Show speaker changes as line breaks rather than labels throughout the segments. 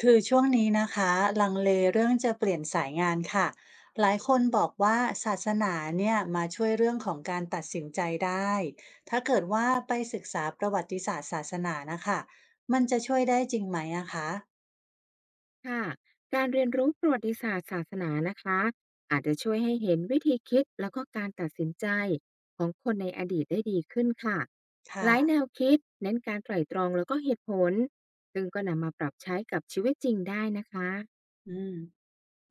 คือช่วงนี้นะคะลังเลเรื่องจะเปลี่ยนสายงานค่ะหลายคนบอกว่าศาสนาเนี่ยมาช่วยเรื่องของการตัดสินใจได้ถ้าเกิดว่าไปศึกษาประวัติศาสตร์ศาสนานะคะมันจะช่วยได้จริงไหมอะคะ
ค่ะการเรียนรู้ประวัติศาสตร์ศาสนานะคะอาจจะช่วยให้เห็นวิธีคิดแล้วก็การตัดสินใจของคนในอดีตได้ดีขึ้นค่ะห
ค่ะ
ลายแนวคิดเน้นการไตร่ตรองแล้วก็เหตุผลซึ่งก็นำมาปรับใช้กับชีวิตจริงได้นะคะ
อืม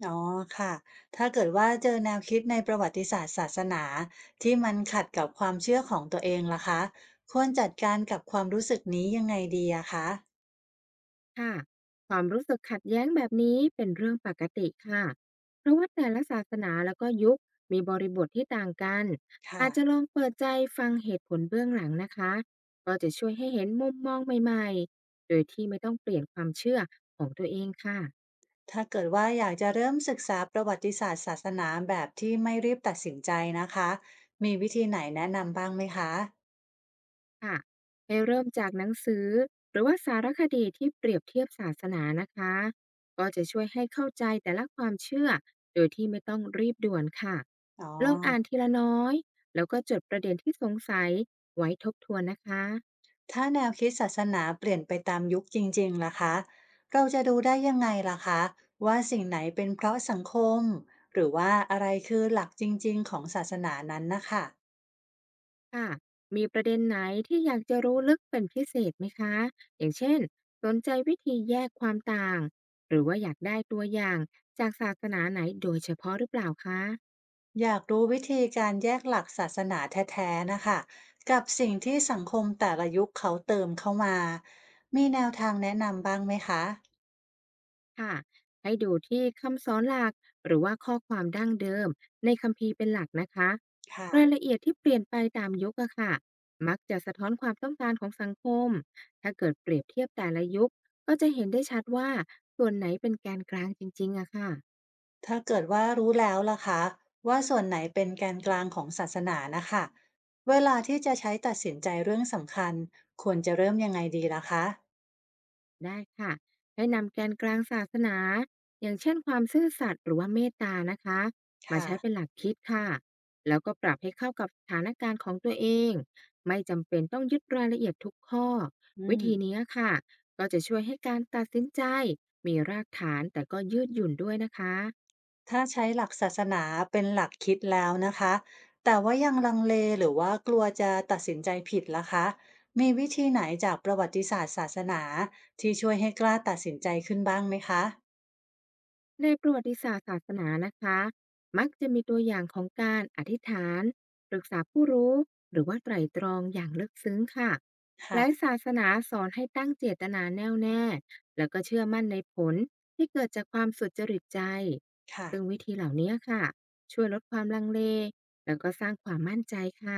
อ๋อค่ะถ้าเกิดว่าเจอแนวคิดในประวัติศาสตร์ศาสนาที่มันขัดกับความเชื่อของตัวเองล่ะคะควรจัดการกับความรู้สึกนี้ยังไงดีอะคะ
ค่ะความรู้สึกขัดแย้งแบบนี้เป็นเรื่องปกติค่ะ เพราะว่าแต่ละศาสนาแล้วก็ยุคมีบริบทที่ต่างกัน
ค่ะ
อาจจะลองเปิดใจฟังเหตุผลเบื้องหลังนะคะก็จะช่วยให้เห็นมุมมองใหม่ๆโดยที่ไม่ต้องเปลี่ยนความเชื่อของตัวเองค่ะ
ถ้าเกิดว่าอยากจะเริ่มศึกษาประวัติศาสตร์ศาสนาแบบที่ไม่รีบตัดสินใจนะคะ มีวิธีไหนแนะนำบ้างไหมคะ
ค่ะให้เริ่มจากหนังสือหรือว่าสารคดีที่เปรียบเทียบศาสนานะคะก็จะช่วยให้เข้าใจแต่ละความเชื่อโดยที่ไม่ต้องรีบด่วนค่ะ
อ๋อ
ลองอ่านทีละน้อยแล้วก็จดประเด็นที่สงสัยไว้ทบทวนนะคะ
ถ้าแนวคิดศาสนาเปลี่ยนไปตามยุคจริงๆล่ะคะเราจะดูได้ยังไงล่ะคะว่าสิ่งไหนเป็นเพราะสังคมหรือว่าอะไรคือหลักจริงๆของศาสนานั้นนะคะ
ค่ะมีประเด็นไหนที่อยากจะรู้ลึกเป็นพิเศษไหมคะอย่างเช่นสนใจวิธีแยกความต่างหรือว่าอยากได้ตัวอย่างจากศาสนาไหนโดยเฉพาะหรือเปล่าคะ
อยากรู้วิธีการแยกหลักศาสนาแท้ๆนะคะกับสิ่งที่สังคมแต่ละยุคเขาเติมเข้ามามีแนวทางแนะนำบ้างไหมคะ
ค่ะให้ดูที่คำสอนหลักหรือว่าข้อความดั้งเดิมในคัมภีร์เป็นหลักนะคะ
ค่ะ
รายละเอียดที่เปลี่ยนไปตามยุคอะค่ะมักจะสะท้อนความต้องการของสังคมถ้าเกิดเปรียบเทียบแต่ละยุคก็จะเห็นได้ชัดว่าส่วนไหนเป็นแกนกลางจริงๆอะค่ะ
ถ้าเกิดว่ารู้แล้วล่ะคะว่าส่วนไหนเป็นแกนกลางของศาสนานะคะเวลาที่จะใช้ตัดสินใจเรื่องสำคัญควรจะเริ่มยังไงดีล่ะคะ
ได้ค่ะให้นำแกนกลางศาสนาอย่างเช่นความซื่อสัตย์หรือว่าเมตตานะคะมา
ค่ะ
ใช้เป็นหลักคิดค่ะแล้วก็ปรับให้เข้ากับสถานการณ์ของตัวเองไม่จำเป็นต้องยึดรายละเอียดทุกข้อ
อื
วิธี
ม
นี้ค่ะก็จะช่วยให้การตัดสินใจมีรากฐานแต่ก็ยืดหยุ่นด้วยนะคะ
ถ้าใช้หลักศาสนาเป็นหลักคิดแล้วนะคะแต่ว่ายังลังเลหรือว่ากลัวจะตัดสินใจผิดล่ะคะมีวิธีไหนจากประวัติศาสตร์ศาสนาที่ช่วยให้กล้าตัดสินใจขึ้นบ้างไหมคะ
ในประวัติศาสตร์ศาสนานะคะมักจะมีตัวอย่างของการอธิษฐานปรึกษาผู้รู้หรือว่าไตร่ตรองอย่างลึกซึ้งค่ะหลาย
ค่ะ
ศาสนาสอนให้ตั้งเจตนาแน่วแน่แล้วก็เชื่อมั่นในผลที่เกิดจากความสุจริตใจ
ค่ะ
ซึ่งวิธีเหล่านี้ค่ะช่วยลดความลังเลแล้วก็สร้างความมั่นใจค่ะ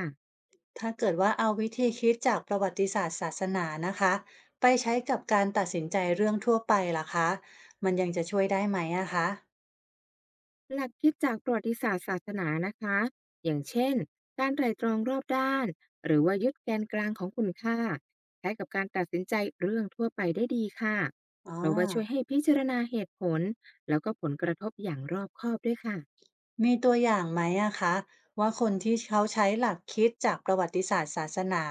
ถ้าเกิดว่าเอาวิธีคิดจากประวัติศาสตร์ศาสนานะคะไปใช้กับการตัดสินใจเรื่องทั่วไปล่ะคะมันยังจะช่วยได้ไหมอะคะ
หลักคิดจากประวัติศาสตร์ศาสนานะคะ อย่างเช่น การไตร่ตรองรอบด้าน หรือว่ายึดแกนกลางของคุณค่าใช้กับการตัดสินใจเรื่องทั่วไปได้ดีค่ะ
อ๋อ
เพราะว่าช่วยให้พิจารณาเหตุผล แล้วก็ผลกระทบอย่างรอบคอบด้วยค่ะ
มีตัวอย่างไหมอะคะว่าคนที่เขาใช้หลักคิดจากประวัติศาสตร์ศาสนา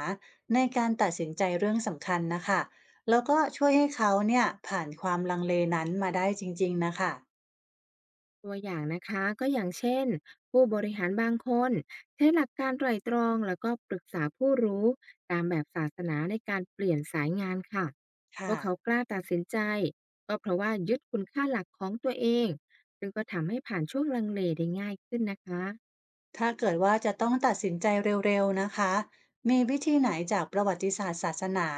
ในการตัดสินใจเรื่องสำคัญนะคะแล้วก็ช่วยให้เขาเนี่ยผ่านความลังเลนั้นมาได้จริงๆนะคะ
ตัวอย่างนะคะก็อย่างเช่นผู้บริหารบางคนใช้หลักการไตร่ตรองแล้วก็ปรึกษาผู้รู้ตามแบบศาสนาในการเปลี่ยนสายงานค่ะ
ค่ะ
ว่าเขากล้าตัดสินใจก็เพราะว่ายึดคุณค่าหลักของตัวเองซึ่งก็ทำให้ผ่านช่วงลังเลได้ง่ายขึ้นนะคะ
ถ้าเกิดว่าจะต้องตัดสินใจเร็วๆนะคะ มีวิธีไหนจากประวัติศาสตร์ศาสนา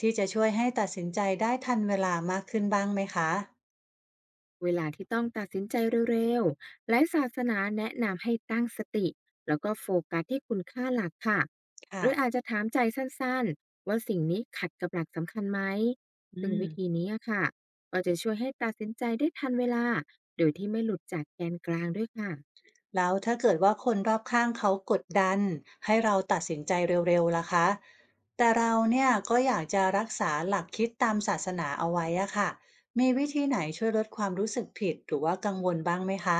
ที่จะช่วยให้ตัดสินใจได้ทันเวลามากขึ้นบ้างไหมคะ
เวลาที่ต้องตัดสินใจเร็วๆ หลายศาสนาแนะนำให้ตั้งสติแล้วก็โฟกัสที่คุณค่าหลักค่ะ ห
ค่ะ
รืออาจจะถามใจสั้นๆ ว่าสิ่งนี้ขัดกับหลักสำคัญไหม
อื
ซึ่ง
ม
วิธีนี้อะค่ะก็จะช่วยให้ตัดสินใจได้ทันเวลาโดยที่ไม่หลุดจากแกนกลางด้วยค่ะ
แล้วถ้าเกิดว่าคนรอบข้างเขากดดันให้เราตัดสินใจเร็วๆล่ะคะ แต่เราเนี่ยก็อยากจะรักษาหลักคิดตามศาสนาเอาไว้อะค่ะ มีวิธีไหนช่วยลดความรู้สึกผิดหรือว่ากังวลบ้างไหมคะ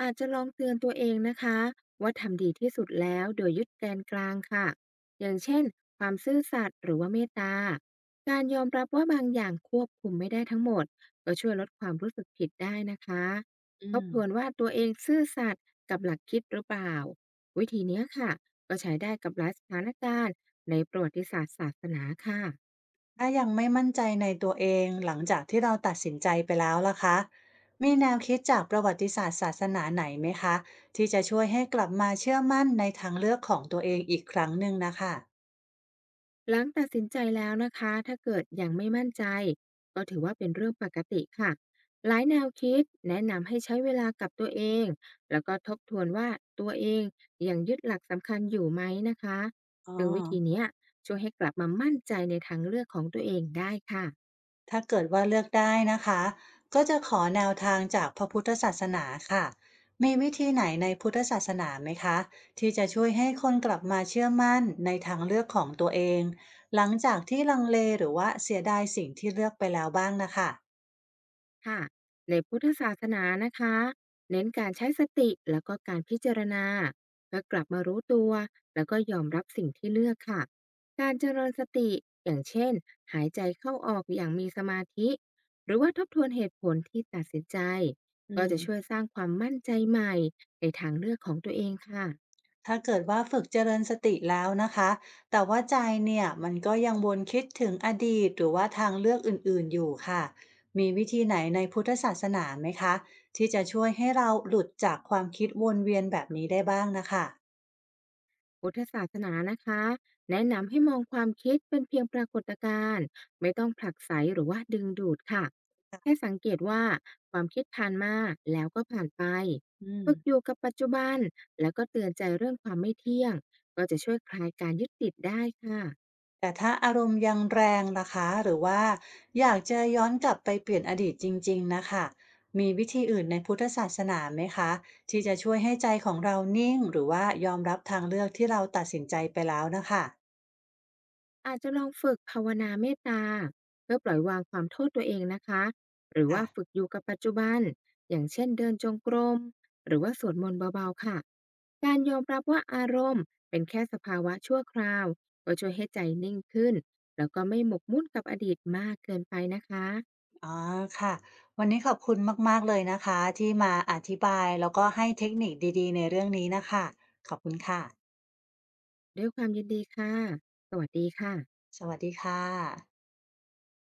อาจจะลองเตือนตัวเองนะคะว่าทำดีที่สุดแล้วโดยยึดแกนกลางค่ะอย่างเช่นความซื่อสัตย์หรือว่าเมตตาการยอมรับว่าบางอย่างควบคุมไม่ได้ทั้งหมดก็ช่วยลดความรู้สึกผิดได้นะคะ
อื
ทบ
ม
ทวนว่าตัวเองซื่อสัตย์กับหลักคิดหรือเปล่าวิธีเนี้ยค่ะก็ใช้ได้กับหลายสถานการณ์ในประวัติศาสตร์ศาสนาค่ะ
ถ้ายังไม่มั่นใจในตัวเองหลังจากที่เราตัดสินใจไปแล้วล่ะคะมีแนวคิดจากประวัติศาสตร์ศาสนาไหนไหมคะที่จะช่วยให้กลับมาเชื่อมั่นในทางเลือกของตัวเองอีกครั้งหนึ่งนะคะ
หลังตัดสินใจแล้วนะคะ ถ้าเกิดยังไม่มั่นใจก็ถือว่าเป็นเรื่องปกติค่ะ หลายแนวคิดแนะนำให้ใช้เวลากับตัวเองแล้วก็ทบทวนว่าตัวเองยังยึดหลักสำคัญอยู่ไหมนะคะ
อ๋อ
ซึ่งวิธีเนี้ยช่วยให้กลับมามั่นใจในทางเลือกของตัวเองได้ค่ะ
ถ้าเกิดว่าเลือกได้นะคะก็จะขอแนวทางจากพระพุทธศาสนาค่ะมีวิธีไหนในพุทธศาสนาไหมคะที่จะช่วยให้คนกลับมาเชื่อมั่นในทางเลือกของตัวเองหลังจากที่ลังเลหรือว่าเสียดายสิ่งที่เลือกไปแล้วบ้างนะคะ
ค่ะในพุทธศาสนานะคะเน้นการใช้สติแล้วก็การพิจารณาเพื่อกลับมารู้ตัวแล้วก็ยอมรับสิ่งที่เลือกค่ะการเจริญสติอย่างเช่นหายใจเข้าออกอย่างมีสมาธิหรือว่าทบทวนเหตุผลที่ตัดสินใจ
อื
ก็จะ
ม
ช่วยสร้างความมั่นใจใหม่ในทางเลือกของตัวเองค่ะ
ถ้าเกิดว่าฝึกเจริญสติแล้วนะคะ แต่ว่าใจเนี่ยมันก็ยังวนคิดถึงอดีตหรือว่าทางเลือกอื่นๆอยู่ค่ะ มีวิธีไหนในพุทธศาสนาไหมคะที่จะช่วยให้เราหลุดจากความคิดวนเวียนแบบนี้ได้บ้างนะคะ
พุทธศาสนานะคะแนะนำให้มองความคิดเป็นเพียงปรากฏการณ์ไม่ต้องผลักไสหรือว่าดึงดูดค่ะให้สังเกตว่าความคิดผ่านมาแล้วก็ผ่านไป
อืม
ฝึกอยู่กับปัจจุบันแล้วก็เตือนใจเรื่องความไม่เที่ยงก็จะช่วยคลายการยึดติดได้ค่ะ
แต่ถ้าอารมณ์ยังแรงล่ะคะหรือว่าอยากจะย้อนกลับไปเปลี่ยนอดีตจริงๆนะคะ มีวิธีอื่นในพุทธศาสนาไหมคะที่จะช่วยให้ใจของเรานิ่งหรือว่ายอมรับทางเลือกที่เราตัดสินใจไปแล้วนะคะ
อาจจะลองฝึกภาวนาเมตตาเพื่อปล่อยวางความโทษตัวเองนะคะหรือ
ค่ะ
ว่าฝึกอยู่กับปัจจุบันอย่างเช่นเดินจงกรมหรือว่าสวดมนต์เบาๆค่ะการยอมรับว่าอารมณ์เป็นแค่สภาวะชั่วคราวก็ช่วยให้ใจนิ่งขึ้นแล้วก็ไม่หมกมุ่นกับอดีตมากเกินไปนะคะ
อ๋อค่ะวันนี้ขอบคุณมากๆเลยนะคะที่มาอธิบายแล้วก็ให้เทคนิคดีๆในเรื่องนี้น่ะค่ะขอบคุณค่ะ
ด้วยความยินดีค่ะสวัสดีค่ะ
สวัสดีค่ะ